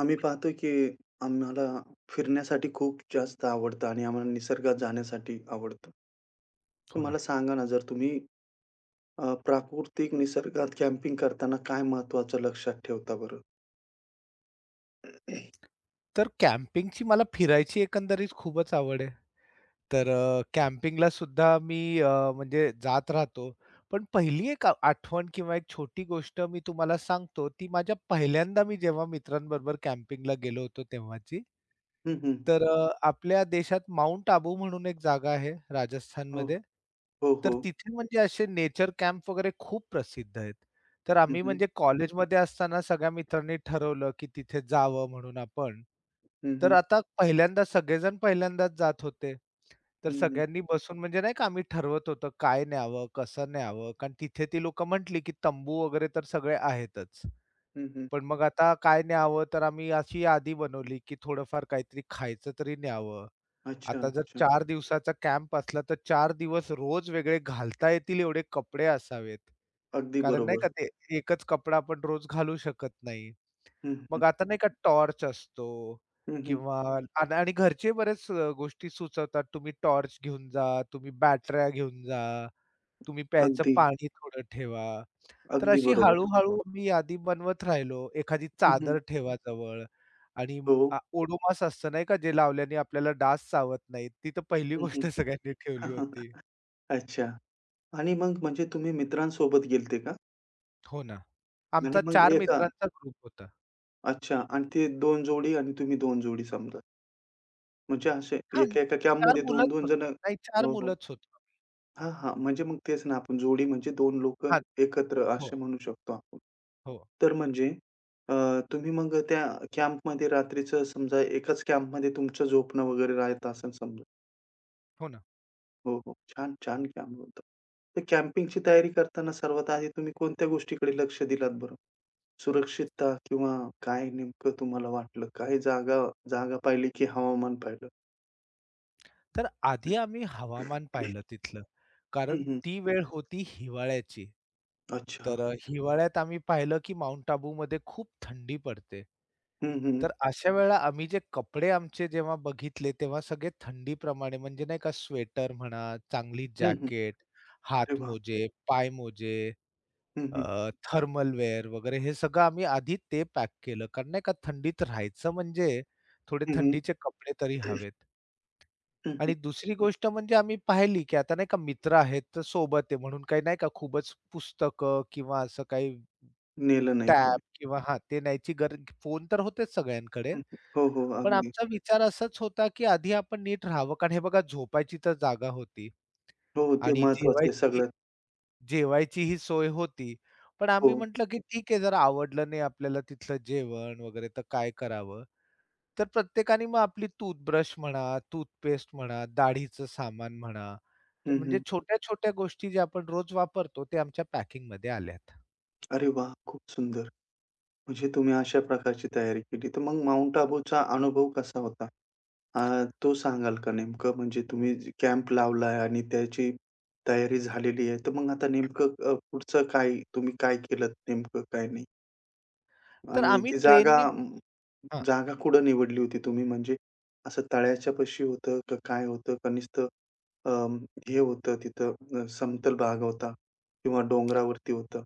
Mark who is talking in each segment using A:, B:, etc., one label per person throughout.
A: आम्ही पाहतो की आम्हाला फिरण्यासाठी खूप जास्त आवडतं आणि आम्हाला निसर्गात जाण्यासाठी आवडतं. तर
B: हो
A: मला
B: ना.
A: सांगा ना, जर तुम्ही प्राकृतिक निसर्गात कॅम्पिंग करताना काय महत्त्वाचं लक्षात ठेवता बरं?
B: तर कॅम्पिंगची मला फिरायची एकंदरीत खूपच आवड आहे. तर कॅम्पिंगला सुद्धा मी म्हणजे जात राहतो. पण पहिली एक आठवण किंवा एक छोटी गोष्ट मी तुम्हाला सांगतो, ती माझ्या पहिल्यांदा मी जेव्हा मित्रांबरोबर कॅम्पिंगला गेलो होतो तेव्हाची.
A: हं, हं.
B: तर आपल्या देशात माउंट आबू म्हणून एक जागा आहे
A: हो,
B: राजस्थानमध्ये.
A: हो, हो.
B: तर तिथे म्हणजे असे नेचर कॅम्प वगैरे खूप प्रसिद्ध आहेत. तर
A: हं,
B: आम्ही
A: हं.
B: म्हणजे कॉलेजमध्ये असताना सगळ्या मित्रांनी ठरवलं, की तिथे जावं म्हणून आपण.
A: हं,
B: तर
A: हं.
B: आता पहिल्यांदा सगळेजण पहिल्यांदाच जात होते. तर
A: हं, हं.
B: सगळ्यांनी बसून म्हणजे नाही का आम्ही ठरवत होतो काय न्यावं, कसं न्यावं? कारण तिथे ती लोकं म्हटली, की तंबू वगैरे तर सगळे आहेतच.
A: हं, हं.
B: पण मग आता काय न्यावं, तर आम्ही अशी यादी बनवली, की थोडंफार काहीतरी खायचं तरी न्यावं.
A: अच्छा,
B: आता जर
A: अच्छा.
B: चार दिवसाचा कॅम्प असला, तर चार दिवस रोज वेगळे घालता येतील एवढे कपडे असावेत.
A: अगदी
B: कारण नाही
A: बरोबर.
B: का ते एकच कपडा आपण रोज घालू शकत नाही.
A: हं, हं.
B: मग आता नाही का टॉर्च असतो
A: हं, हं.
B: किंवा आणि आणि घरचे बरेच गोष्टी सुचवतात. तुम्ही टॉर्च घेऊन जा, तुम्ही बॅटऱ्या घेऊन जा, तुम्ही प्यायचं
A: अगदी,
B: पाणी थोडं ठेवा. तर
A: अगदी
B: अशी
A: बरोबर.
B: हळू-हळू मी यादी बनवत राहिलो. एखादी
A: हं,
B: चादर
A: हं.
B: ठेवा जवळ आणि
A: हो.
B: ओडोमास असतं नाही का, जे लावल्याने आपल्याला डास चावत नाहीत. ती तर पहिली
A: हं,
B: गोष्ट
A: हं.
B: सगळ्यांनी ठेवली होती.
A: अच्छा. आणि मग म्हणजे तुम्ही मित्रांसोबत गेलते का?
B: हो ना.
A: आणि
B: आमचा
A: मग
B: चार
A: एका
B: मित्रांचा ग्रुप होता.
A: अच्छा. आणि ते 2 जोडी आणि तुम्ही 2 जोडी समजा. म्हणजे असे
B: हां,
A: एका एका
B: चार
A: कॅम्पमध्ये
B: मुलंच
A: 2-2 जण.
B: होती. नाही 4
A: हो, हो.
B: मुलंच होतो.
A: हां, हां. म्हणजे मग तेच ना आपण जोडी म्हणजे 2 लोकं
B: हां,
A: एकत्र
B: हो,
A: असे म्हणू शकतो आपण.
B: हो,
A: तर म्हणजे अ, तुम्ही मग त्या कॅम्पमध्ये रात्रीचं समजा एकाच कॅम्पमध्ये तुमचं झोपणं वगैरे राहत असेल समजा.
B: हो ना.
A: हो, हो. छान, छान कॅम्प होता. तर कॅम्पिंगची तयारी करताना सर्वात आधी तुम्ही कोणत्या गोष्टीकडे लक्ष दिलात बरं? सुरक्षितता किंवा काय नेमकं तुम्हाला वाटलं? काय जागा जागा पाहिली की हवामान पाहिलं?
B: तर आधी आम्ही हवामान पाहिलं तिथलं.
A: हं,
B: कारण
A: हं.
B: ती वेळ होती हिवाळ्याची.
A: अच्छा.
B: तर हिवाळ्यात आम्ही पाहिलं, की माउंट आबूमध्ये खूप थंडी पडते.
A: हं, हं.
B: तर अशा वेळेला आम्ही जे कपडे आमचे जेव्हा बघितले, तेव्हा सगळे थंडीप्रमाणे म्हणजे नाही का स्वेटर म्हणा, चांगली
A: हं, हं.
B: जॅकेट,
A: अरे वाह!
B: हातमोजे, पायमोजे,
A: हं, हं.
B: थर्मल वेअर वगैरे हे सगळं आम्ही आधी ते पॅक केलं. कारण नाही का थंडीत राहायचं म्हणजे थोडे
A: हं, हं.
B: थंडीचे कपडे तरी हवेत.
A: हं, हं.
B: आणि दुसरी गोष्ट म्हणजे आम्ही पाहिली, की आता नाही का मित्र आहेत तर सोबत आहे म्हणून काही नाही का खूपच पुस्तकं किंवा असं काही
A: नेलं नाही तुम्ही.
B: टॅब किंवा हां, ते न्यायची गरज फोन तर होतेच सगळ्यांकडे.
A: हं, हं. हो, हो.
B: पण हो.
A: अगदी.
B: आमचा विचार असाच होता, की आधी आपण नीट राहावं. कारण हे बघा झोपायची तर जागा होती
A: हो, ते
B: आणि
A: महत्वाचं आहे
B: जेवायची
A: सगळ्यात.
B: जेवायचीही सोय होती. पण आम्ही
A: हो.
B: म्हटलं, की ठीक आहे जर आवडलं नाही आपल्याला तिथलं जेवण वगैरे तर काय करावं? तर प्रत्येकाने मग आपली टूथब्रश म्हणा, टूथपेस्ट म्हणा, दाढीचं सामान म्हणा,
A: हं,
B: म्हणजे
A: हं.
B: छोट्या-छोट्या गोष्टी ज्या आपण रोज वापरतो, ते आमच्या पॅकिंगमध्ये आल्यात.
A: अरे वाह! खूप सुंदर. म्हणजे तुम्ही अशा प्रकारची तयारी केली. तर मग माउंट आबूचा अनुभव कसा होता? तो सांगाल का नेमकं? म्हणजे तुम्ही कॅम्प लावलाय आणि त्याची तयारी झालेली आहे. तर मग आता नेमकं पुढचं काय तुम्ही काय केलंत नेमकं काय नाही?
B: तर
A: आणि
B: आम्ही
A: ती जागा
B: ट्रेननी हां,
A: जागा कुठं निवडली होती तुम्ही? म्हणजे असं तळ्याच्या पाशी होतं का काय होतं? का नुसतं अं, हे होतं तिथं. समतल भाग होता किंवा डोंगरावरती होतं?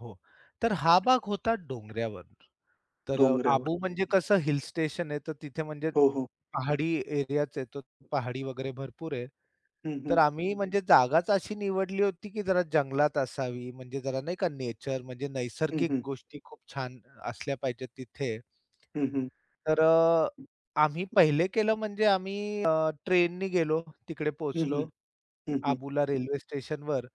B: हो. तर हा भाग होता डोंगरावर. तर
A: डोंगरावर.
B: आबू म्हणजे कसं हिल स्टेशन आहे, तर तिथे म्हणजे
A: हो, हो.
B: पहाडी एरियाच आहे तो, पहाडी वगैरे भरपूर आहे.
A: हं,
B: तर
A: हं.
B: आम्ही म्हणजे जागाच अशी निवडली होती, की जरा जंगलात असावी, म्हणजे जरा नाही का नेचर म्हणजे
A: हं,
B: नैसर्गिक
A: हं.
B: गोष्टी खूप छान असल्या पाहिजेत तिथे.
A: हं, हं.
B: तर आम्ही पहिले केलं म्हणजे आम्ही अ, ट्रेननी गेलो, तिकडे पोहोचलो
A: हं, हं.
B: आबूला रेल्वे स्टेशनवर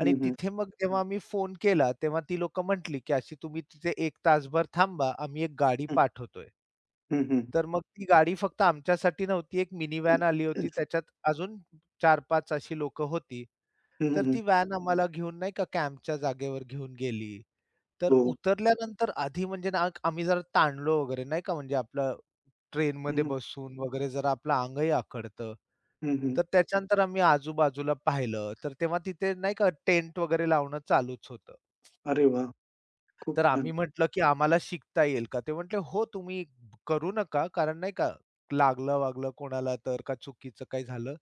B: आणि
A: हं, हं.
B: तिथे मग जेव्हा आम्ही फोन केला, तेव्हा ती लोकं म्हटली, की "अशी तुम्ही तिथे एक तासभर थांबा, आम्ही एक गाडी
A: हं,
B: पाठवतोय."
A: हं, हं.
B: तर मग ती गाडी फक्त आमच्यासाठी नव्हती, एक मिनी व्हॅन आली होती, त्याच्यात अजून 4-5 अशी लोकं होती.
A: हं, हं,
B: तर
A: हं.
B: ती व्हॅन आम्हाला घेऊन नाही का कॅम्पच्या जागेवर घेऊन गेली. तर
A: हो.
B: उतरल्यानंतर आधी म्हणजे ना आम्ही जरा ताणलो वगैरे नाही का, म्हणजे आपलं
A: हं,
B: ट्रेनमध्ये
A: हं.
B: बसून वगैरे जरा आपलं अंगही आखडतं.
A: हं, हं.
B: तर त्याच्यानंतर आम्ही आजूबाजूला पाहिलं, तर तेव्हा तिथे नाही का टेंट वगैरे लावणं चालूच होतं.
A: अरे वाह! खूप
B: तर
A: छान.
B: आम्ही म्हटलं, की "आम्हाला शिकता येईल का?" ते म्हटले, "हो, तुम्ही करू नका, कारण नाही का लागलं-वागलं कोणाला तर का चुकीचं काही झालं."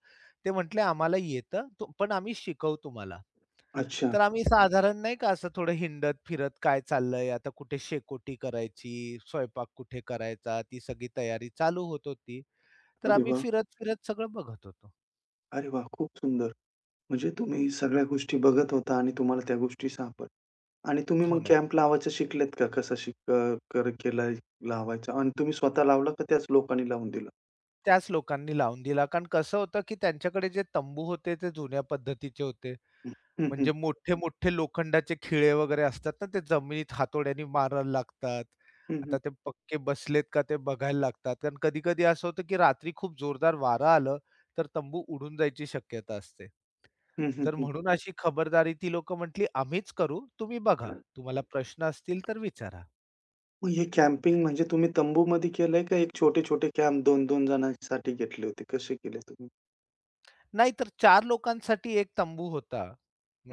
B: ते म्हटले, "आम्हाला येतं, पण आम्ही शिकवू तुम्हाला."
A: अच्छा.
B: तर आम्ही साधारण नाही का असं थोडं हिंडत-फिरत काय चाललंय, आता कुठे शेकोटी करायची, स्वयंपाक कुठे करायचा, ती सगळी तयारी चालू होत होती. तर
A: अरे
B: आम्ही
A: वाह!
B: फिरत-फिरत सगळं बघत होतो.
A: अरे वाह! खूप सुंदर. म्हणजे तुम्ही सगळ्या गोष्टी बघत होता आणि तुम्हाला त्या गोष्टी सापडल्या आणि तुम्ही
B: हो
A: मग
B: ना.
A: कॅम्प लावायचं शिकलेत का? कसं शिक अ, कर केलाय लावायचा आणि तुम्ही स्वतः लावला का त्याच लोकांनी लावून दिला?
B: त्याच लोकांनी लावून दिला. कारण कसं होतं, की त्यांच्याकडे जे तंबू होते ते जुन्या पद्धतीचे होते.
A: हं. हं, हं.
B: म्हणजे मोठे-मोठे लोखंडाचे खिळे वगैरे असतात ना, ते जमिनीत हातोड्याने मारायला लागतात.
A: हं, हं.
B: आता ते पक्के बसलेत का ते बघायला लागतात. कारण कधी-कधी असं होतं, की रात्री खूप जोरदार वारं आलं, तर तंबू उडून जायची शक्यता असते.
A: हं, हं,
B: तर
A: हं.
B: म्हणून अशी खबरदारी ती लोकं म्हटली, "आम्हीच करू, तुम्ही बघा. तुम्हाला प्रश्न असतील तर विचारा."
A: मग हे कॅम्पिंग म्हणजे तुम्ही तंबूमध्ये केलंय का एक छोटे-छोटे कॅम्प 2-2 जणांसाठी घेतले होते? कसे केले तुम्ही?
B: नाही, तर 4 लोकांसाठी एक तंबू होता.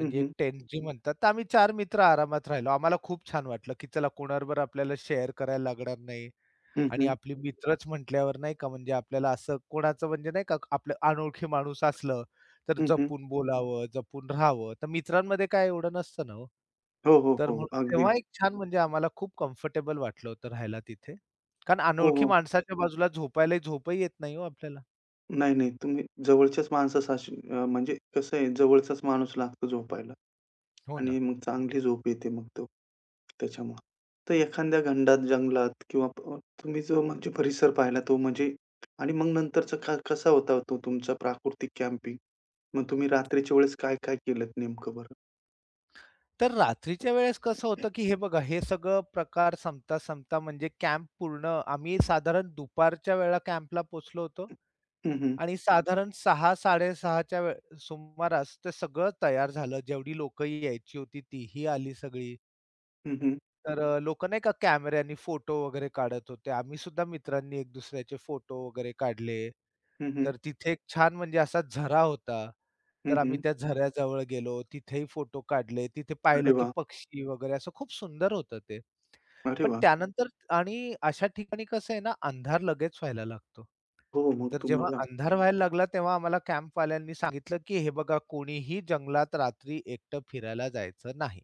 A: हं,
B: एक
A: हं.
B: टेंट जी म्हणतात. तर आम्ही चार मित्र आरामात राहिलो. आम्हाला खूप छान वाटलं, की चला कोणाबरोबर आपल्याला शेअर करायला लागणार नाही
A: हं,
B: आणि
A: हं.
B: आपली मित्रच म्हटल्यावर नाही का म्हणजे आपल्याला असं कोणाचं म्हणजे नाही का आपलं अनोळखी माणूस असलं, तर
A: हं, हं.
B: जपून बोलावं, जपून राहावं. तर मित्रांमध्ये काय एवढं नसतं ना हो.
A: हो, हो,
B: तर
A: हो. हो.
B: म्हणून
A: अगदी.
B: तेव्हा एक छान म्हणजे आम्हाला खूप कम्फर्टेबल वाटलं होतं राहायला तिथे. कारण
A: हो,
B: अनोळखी
A: हो.
B: माणसाच्या बाजूला झोपायलाही झोपही येत नाही हो आपल्याला.
A: नाही, नाही. तुम्ही जवळच्याच माणसाशी म्हणजे कसं आहे जवळचाच माणूस लागतो झोपायला
B: हो ना.
A: आणि मग चांगली झोप येते मग तो त्याच्यामुळं. तर एखाद्या घंडात, जंगलात किंवा अ, तुम्ही जो म्हणजे परिसर पाहिला तो म्हणजे आणि मग नंतरचा कसा होता तो तुमचा प्राकृतिक कॅम्पिंग? मग तुम्ही रात्रीच्या वेळेस काय-काय केलत नेमकं बरं?
B: तर रात्रीच्या वेळेस कसं होतं, की हे बघा हे सगळं प्रकार संपता-संपता म्हणजे कॅम्प पूर्ण आम्ही साधारण दुपारच्या वेळेला कॅम्पला पोहोचलो होतो
A: हं, हं.
B: आणि साधारण 6:00-6:30 च्या सुमारास ते सगळं तयार झालं. जेवढी लोकं यायची होती तीही आली सगळी.
A: हं, हं.
B: तर नाही का कॅमेऱ्यानी फोटो वगैरे काढत होते. आम्ही सुद्धा मित्रांनी एक दुसऱ्याचे फोटो वगैरे काढले.
A: हं, हं.
B: तर तिथे एक छान म्हणजे असा झरा होता.
A: हं,
B: तर आम्ही
A: हं.
B: त्या झऱ्याजवळ गेलो. तिथेही फोटो काढले. तिथे पाहिलं
A: अरे
B: की
A: वाह!
B: पक्षी वगैरे असं खूप सुंदर होतं ते.
A: अरे
B: पण
A: वाह!
B: त्यानंतर आणि अशा ठिकाणी कसं आहे ना, अंधार लगेच व्हायला लागतो.
A: हो, मग
B: तर जेव्हा
A: तुम्हाला
B: अंधार व्हायला लागला तेव्हा आम्हाला कॅम्पवाल्यांनी सांगितलं, की "हे बघा कोणीही जंगलात रात्री एकटं फिरायला जायचं नाही."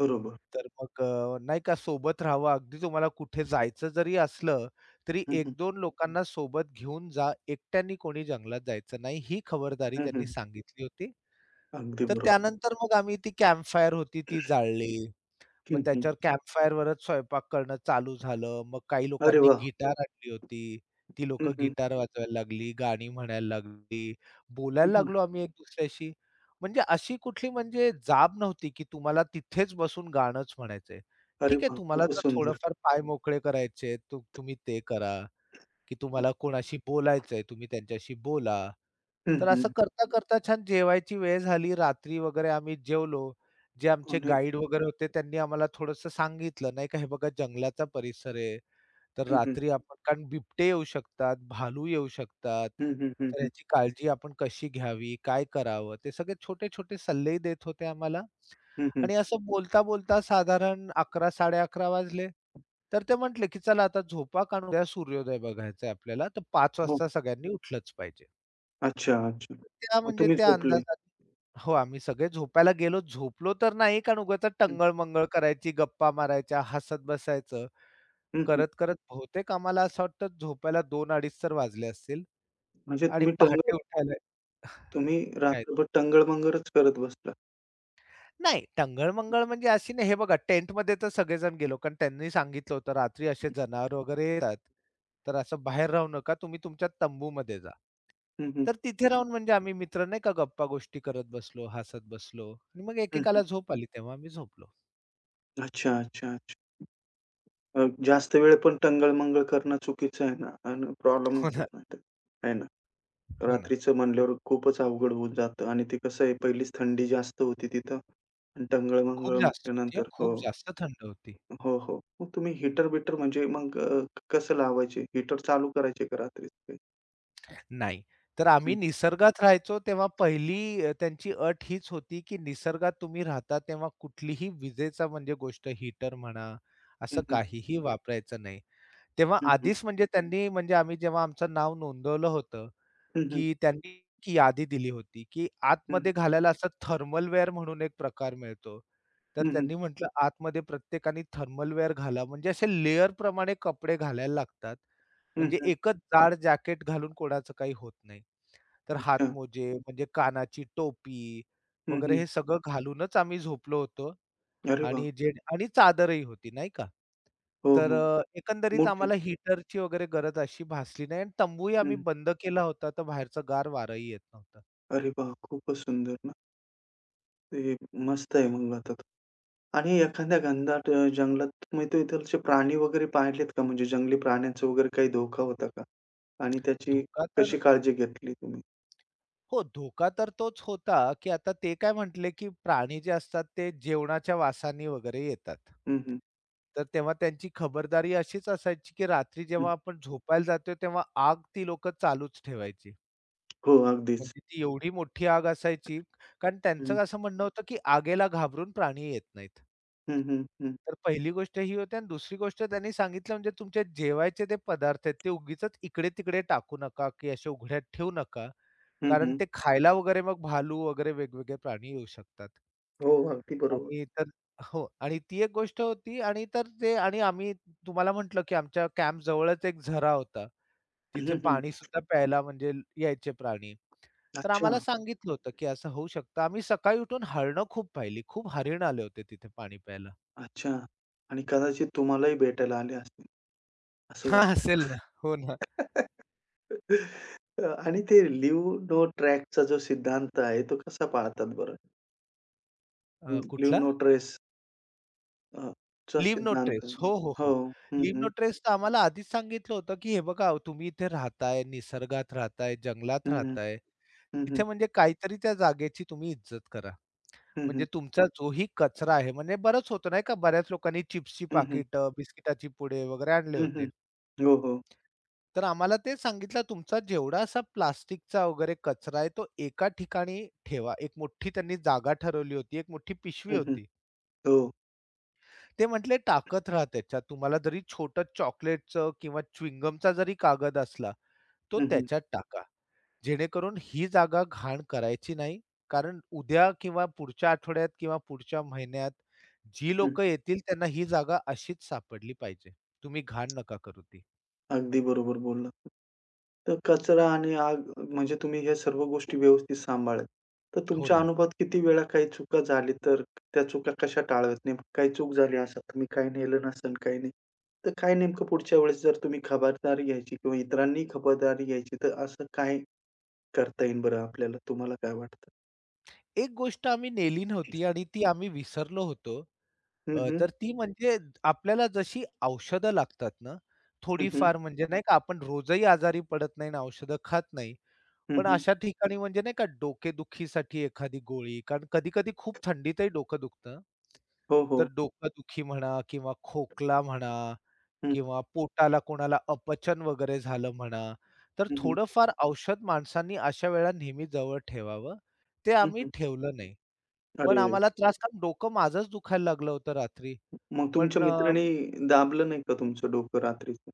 A: बरोबर.
B: तर मग नाही का सोबत राहावं. अगदी तुम्हाला कुठे जायचं जरी असलं, तरी
A: हं, हं.
B: 1-2 लोकांना सोबत घेऊन जा. एकट्याने कोणी जंगलात जायचं नाही. ही खबरदारी
A: हं,
B: त्यांनी
A: हं.
B: सांगितली होती.
A: अगदी
B: तर
A: बरोबर.
B: त्यानंतर मग आम्ही ती कॅम्पफायर होती ती जाळली. मग
A: हं, हं.
B: त्याच्यावर कॅम्पफायरवरच स्वयंपाक करणं चालू झालं. मग काही
A: अरे
B: लोकांनी
A: वाह!
B: गिटार आणली होती. ती लोकं
A: हं, हं.
B: गिटार वाजवायला लागली, गाणी म्हणायला लागली,
A: हं,
B: बोलायला
A: हं.
B: लागलो आम्ही एक-दुसऱ्याशी. म्हणजे अशी कुठली म्हणजे जाब नव्हती, की तुम्हाला तिथेच बसून गाणंच म्हणायचंय.
A: अरे
B: ठीक आहे,
A: वाह!
B: तुम्हाला
A: खूपच
B: जर
A: सुंदर.
B: थोडंफार पाय मोकळे करायचे, तुम्ही ते करा. की तुम्हाला कोणाशी बोलायचंय, तुम्ही त्यांच्याशी बोला.
A: हं,
B: तर असं
A: हं.
B: करता-करता छान जेवायची वेळ झाली. रात्री वगैरे आम्ही जेवलो. जे आमचे
A: आणि
B: गाईड वगैरे होते त्यांनी आम्हाला थोडंसं सांगितलं, नाही का, "हे बघा जंगलाचा परिसर आहे, तर
A: हं, हं.
B: रात्री आपण" कारण बिबटे येऊ शकतात, भालू येऊ शकतात,
A: हं, हं, हं,
B: तर
A: हं.
B: याची काळजी आपण कशी घ्यावी, काय करावं, ते सगळे छोटे-छोटे सल्लेही देत होते आम्हाला.
A: हं, हं.
B: आणि असं बोलता-बोलता साधारण साड़े 11:30 वाजले. तर ते म्हटले, की "चला आता झोपा, कारण उद्या सूर्योदय बघायचा आहे आपल्याला, तर 5
A: हो.
B: वाजता सगळ्यांनी उठलंच पाहिजे."
A: अच्छा, अच्छा.
B: त्या
A: मग
B: म्हणजे
A: तुम्ही
B: त्या
A: झोपले.
B: अंदाजाने हो, आम्ही सगळे झोपायला गेलो. झोपलो तर नाही, कारण उगाचच
A: हं,
B: टंगळ-मंगळ करायची, गप्पा मारायच्या, हसत बसायचं.
A: हं, हं.
B: करत-करत बहुतेक आम्हाला असं वाटतं झोपायला 2 2:30 तर वाजले असतील
A: म्हणजे
B: आणि
A: तुम्ही टंगळ
B: पहाटे उठायला
A: तुम्ही
B: काय
A: रात्रभर टंगळ-मंगळच करत बसला.
B: नाही, टंगळ-मंगळ म्हणजे अशी नाही. हे बघा टेंटमध्ये तर सगळेजण गेलो, कारण त्यांनी सांगितलं होतं, "रात्री असे जनावर वगैरे येतात, तर असं बाहेर राहू नका. तुम्ही तुमच्या तंबूमध्ये जा."
A: हं, हं.
B: तर तिथे राहून म्हणजे आम्ही मित्र नाही का गप्पा-गोष्टी करत बसलो, हसत बसलो आणि मग
A: हं, हं.
B: एकेकाला झोप आली, तेव्हा आम्ही झोपलो.
A: अच्छा, अच्छा, अच्छा. जास्त वेळ पण टंगळ-मंगळ करणं चुकीचं आहे ना आणि प्रॉब्लेम
B: हो
A: येतो
B: ना.
A: नाहीतर. आहे ना.
B: हो ना.
A: रात्रीचं म्हणल्यावर खूपच अवघड होऊन जातं आणि ते कसं आहे पहिलीच थंडी जास्त होती तिथं आणि
B: खूप
A: टंगळ-मंगळ
B: जास्त होती हां,
A: म्हटल्यानंतर हो.
B: खूप जास्त थंड होती.
A: हो, हो. मग तुम्ही हीटर-बिटर म्हणजे मग कसं लावायचे? हीटर चालू करायचे का रात्रीच काही?
B: नाही. तर आम्ही
A: हं,
B: निसर्गात राहायचो तेव्हा पहिली त्यांची अट हीच होती, की निसर्गात तुम्ही राहता तेव्हा कुठलीही विजेचा म्हणजे गोष्ट हीटर म्हणा, असं
A: हं, हं,
B: काहीही वापरायचं नाही. तेव्हा
A: हं, हं,
B: आधीच म्हणजे त्यांनी म्हणजे आम्ही जेव्हा आमचं नाव नोंदवलं होतं,
A: हं, हं, हं,
B: की त्यांनी एक यादी दिली होती, की आतमध्ये घालायला असं थर्मलवेअर म्हणून एक प्रकार मिळतो. तर
A: हं, हं,
B: त्यांनी म्हटलं आतमध्ये प्रत्येकाने थर्मलवेअर घाला. म्हणजे असे लेयर प्रमाणे कपडे घालायला लागतात.
A: हं,
B: म्हणजे
A: हं.
B: एकच जाड जॅकेट घालून कोणाचं काही होत नाही. तर
A: अच्छा.
B: हातमोजे म्हणजे कानाची टोपी
A: हं,
B: वगैरे
A: हं.
B: हे सगळं घालूनच आम्ही झोपलो होतो
A: अरे वाह!
B: आणि आणि चादरही होती नाही का.
A: हो,
B: तर
A: हो.
B: एकंदरीत
A: मोठी.
B: आम्हाला हीटरची वगैरे गरज अशी भासली नाही आणि तंबूही आम्ही
A: हं.
B: बंद केला होता, तर बाहेरचं गार वारंही येत नव्हतं.
A: अरे वाह! खूपच सुंदर ना. ते मस्त आहे मग आता तर. आणि एखाद्या घनदाट जंगलात तुम्ही तिथलचे प्राणी वगैरे पाहिलेत का? म्हणजे जंगली प्राण्यांचा वगैरे काही धोका होता का? आणि त्याची
B: धोका तर
A: कशी काळजी घेतली तुम्ही?
B: हो, धोका तर तोच होता, की आता ते काय म्हटले, की प्राणी जे असतात ते जेवणाच्या वासाने वगैरे येतात.
A: हं, हं,
B: तर तेव्हा त्यांची खबरदारी अशीच असायची, की रात्री
A: हं.
B: जेव्हा आपण झोपायला जातोय तेव्हा आग ती लोकं चालूच ठेवायची.
A: हो, अगदीच.
B: म्हणजे ती एवढी मोठी आग असायची, कारण
A: हं,
B: त्यांचं असं म्हणणं होतं, की आगीला घाबरून प्राणी येत नाहीत.
A: हं, हं, हं.
B: तर पहिली गोष्ट ही होती आणि दुसरी गोष्ट त्यांनी सांगितलं म्हणजे तुमचे जेवायचे ते पदार्थ आहेत, ते उगीचच इकडे-तिकडे टाकू नका, की असे उघड्यात ठेवू नका.
A: हं,
B: कारण
A: हं.
B: ते खायला वगैरे मग भालू वगैरे वेगवेगळे प्राणी येऊ शकतात.
A: हो, अगदी बरोबर.
B: आणि तर हो आणि ती एक गोष्ट होती आणि तर ते आणि आम्ही तुम्हाला म्हटलं, की आमच्या कॅम्प जवळच एक झरा होता. तिथे
A: हं, हं.
B: पाणीसुद्धा प्यायला म्हणजे यायचे प्राणी. तर
A: अच्छा,
B: आम्हाला सांगितलं होतं, की असं होऊ शकतं. आम्ही सकाळी उठून हरणं खूप पाहिली. खूप हरीण आले होते तिथे पाणी प्यायला.
A: अच्छा. आणि कदाचित तुम्हालाही भेटायला आले असतील, असं
B: हां, असेल ना. हो ना.
A: वाटतं. आणि ते लिव्ह नो ट्रॅकचा जो सिद्धांत आहे, तो कसा पाळतात बरं? लिव्ह
B: कुठला?
A: नो ट्रेस अ, चा
B: लीव्ह नो
A: सिद्धांत.
B: ट्रेस. हो, हो,
A: हो.
B: हो.
A: हं,
B: लीव्ह
A: हं.
B: नो ट्रेस तर आम्हाला आधीच सांगितलं होतं, की हे बघा अहो, तुम्ही इथे राहताय, निसर्गात राहताय, जंगलात
A: हं, हं.
B: राहताय.
A: हं, हं.
B: तिथे म्हणजे काहीतरी त्या जागेची तुम्ही इज्जत करा.
A: हं, हं.
B: म्हणजे तुमचा जोही कचरा आहे म्हणजे बरंच होतं नाही का, बऱ्याच लोकांनी चिप्सची
A: हं, हं.
B: पाकिटं, बिस्किटाची पुडे वगैरे आणले
A: हं, हं.
B: होते.
A: हो, हो.
B: तर आम्हाला ते सांगितलं, तुमचा जेवढा असा प्लास्टिकचा वगैरे कचरा आहे, तो एका ठिकाणी ठेवा. एक मोठी त्यांनी जागा ठरवली होती, एक मोठी पिशवी
A: हं, हं.
B: होती.
A: हो.
B: ते म्हटले टाकत राहा त्याच्यात. तुम्हाला जरी छोटं चॉकलेटचं किंवा च्युइंगमचा जरी कागद असला, तो
A: हं, हं.
B: त्याच्यात टाका. जेणेकरून ही जागा घाण करायची नाही. कारण उद्या किंवा पुढच्या आठवड्यात किंवा पुढच्या महिन्यात जी
A: हं.
B: लोक येतील त्यांना ही जागा अशीच सापडली पाहिजे. तुम्ही घाण नका करू ती.
A: अगदी बरोबर बोललात. तर कचरा आणि आग म्हणजे तुम्ही ह्या सर्व गोष्टी व्यवस्थित सांभाळल्या. तर
B: हो
A: तुमच्या
B: ना.
A: अनुभवात किती वेळा काही चुका झाली, तर त्या चुका कशा टाळाव्यात? नेमकं काही चूक झाली असं तुम्ही काही नेलं नसेल, काही नाही. तर काय नेमकं पुढच्या वेळेस जर तुम्ही खबरदारी घ्यायची किंवा इतरांनी खबरदारी घ्यायची, तर असं काय करता येईल बरं आपल्याला? तुम्हाला काय वाटतं?
B: एक गोष्ट आम्ही नेली नव्हती आणि ती आम्ही विसरलो होतो.
A: हं, हं.
B: तर ती म्हणजे आपल्याला जशी औषधं लागतात ना,
A: हं, हं.
B: थोडीफार म्हणजे नाही का आपण रोजही आजारी पडत नाही आणि औषधं खात नाही.
A: हं,
B: पण
A: हं.
B: अशा ठिकाणी म्हणजे नाही का डोकेदुखीसाठी एखादी गोळी कारण कधी-कधी खूप थंडीतही डोकं दुखतं.
A: हो, हो.
B: तर डोकादुखी म्हणा किंवा खोकला म्हणा
A: हं,
B: किंवा पोटाला कोणाला अपचन वगैरे झालं म्हणा, तर
A: हं, हं.
B: थोडंफार औषध माणसांनी अशा वेळा नेहमी जवळ ठेवावं. ते
A: हं,
B: आम्ही
A: हं.
B: ठेवलं नाही. पण
A: अरे!
B: आम्हाला त्रास कारण डोकं माझंच दुखायला लागलं होतं रात्री.
A: मग तुमच्या
B: पण अ,
A: मित्राने दाबलं नाही का तुमचं डोकं रात्रीचं?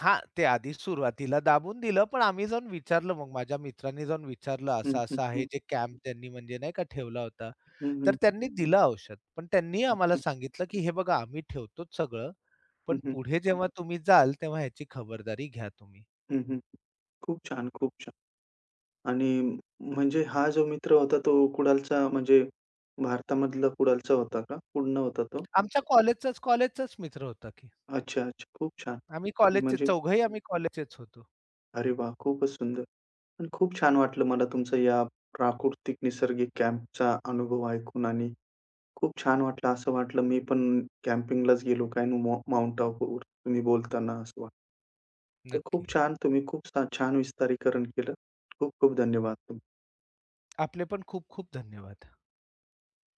B: हां, ते आधी सुरुवातीला दाबून दिलं, पण आम्ही जाऊन विचारलं मग माझ्या मित्रांनी जाऊन विचारलं,
A: हं, हं,
B: असं-असं आहे
A: हं.
B: जे कॅम्प त्यांनी म्हणजे नाही का ठेवला होता.
A: हं,
B: तर
A: हं.
B: त्यांनी दिलं औषध. पण त्यांनी आम्हाला
A: अच्छा.
B: सांगितलं, की "हे बघा आम्ही ठेवतोच सगळं,
A: हं,
B: पण
A: हं.
B: पुढे जेव्हा तुम्ही जाल तेव्हा ह्याची खबरदारी घ्या तुम्ही."
A: हं, हं. खूप छान, खूप छान. आणि म्हणजे हा जो मित्र होता तो कुडालचा म्हणजे भारतामधला कुडालचा होता का? कुडण होता तो?
B: आमच्या कॉलेजचाच कॉलेजचाच मित्र होता की.
A: अच्छा, अच्छा. खूप छान.
B: आम्ही कॉलेजचे
A: म्हणजे
B: चौघंही आम्ही कॉलेजचेच होतो.
A: अरे वाह! खूपच सुंदर आणि खूप छान वाटलं मला तुमचा या प्राकृतिक निसर्गिक कॅम्पचा अनुभव ऐकून आणि खूप छान वाटलं. असं वाटलं मी पण कॅम्पिंगलाच गेलो काय नु मो माउंट आबूवर तुम्ही बोलताना असं वाटलं. तर खूप
B: नक्की.
A: छान तुम्ही खूप छान विस्तारीकरण केलं. खूप खूप धन्यवाद तुमचे.
B: आपले पण खूप खूप धन्यवाद.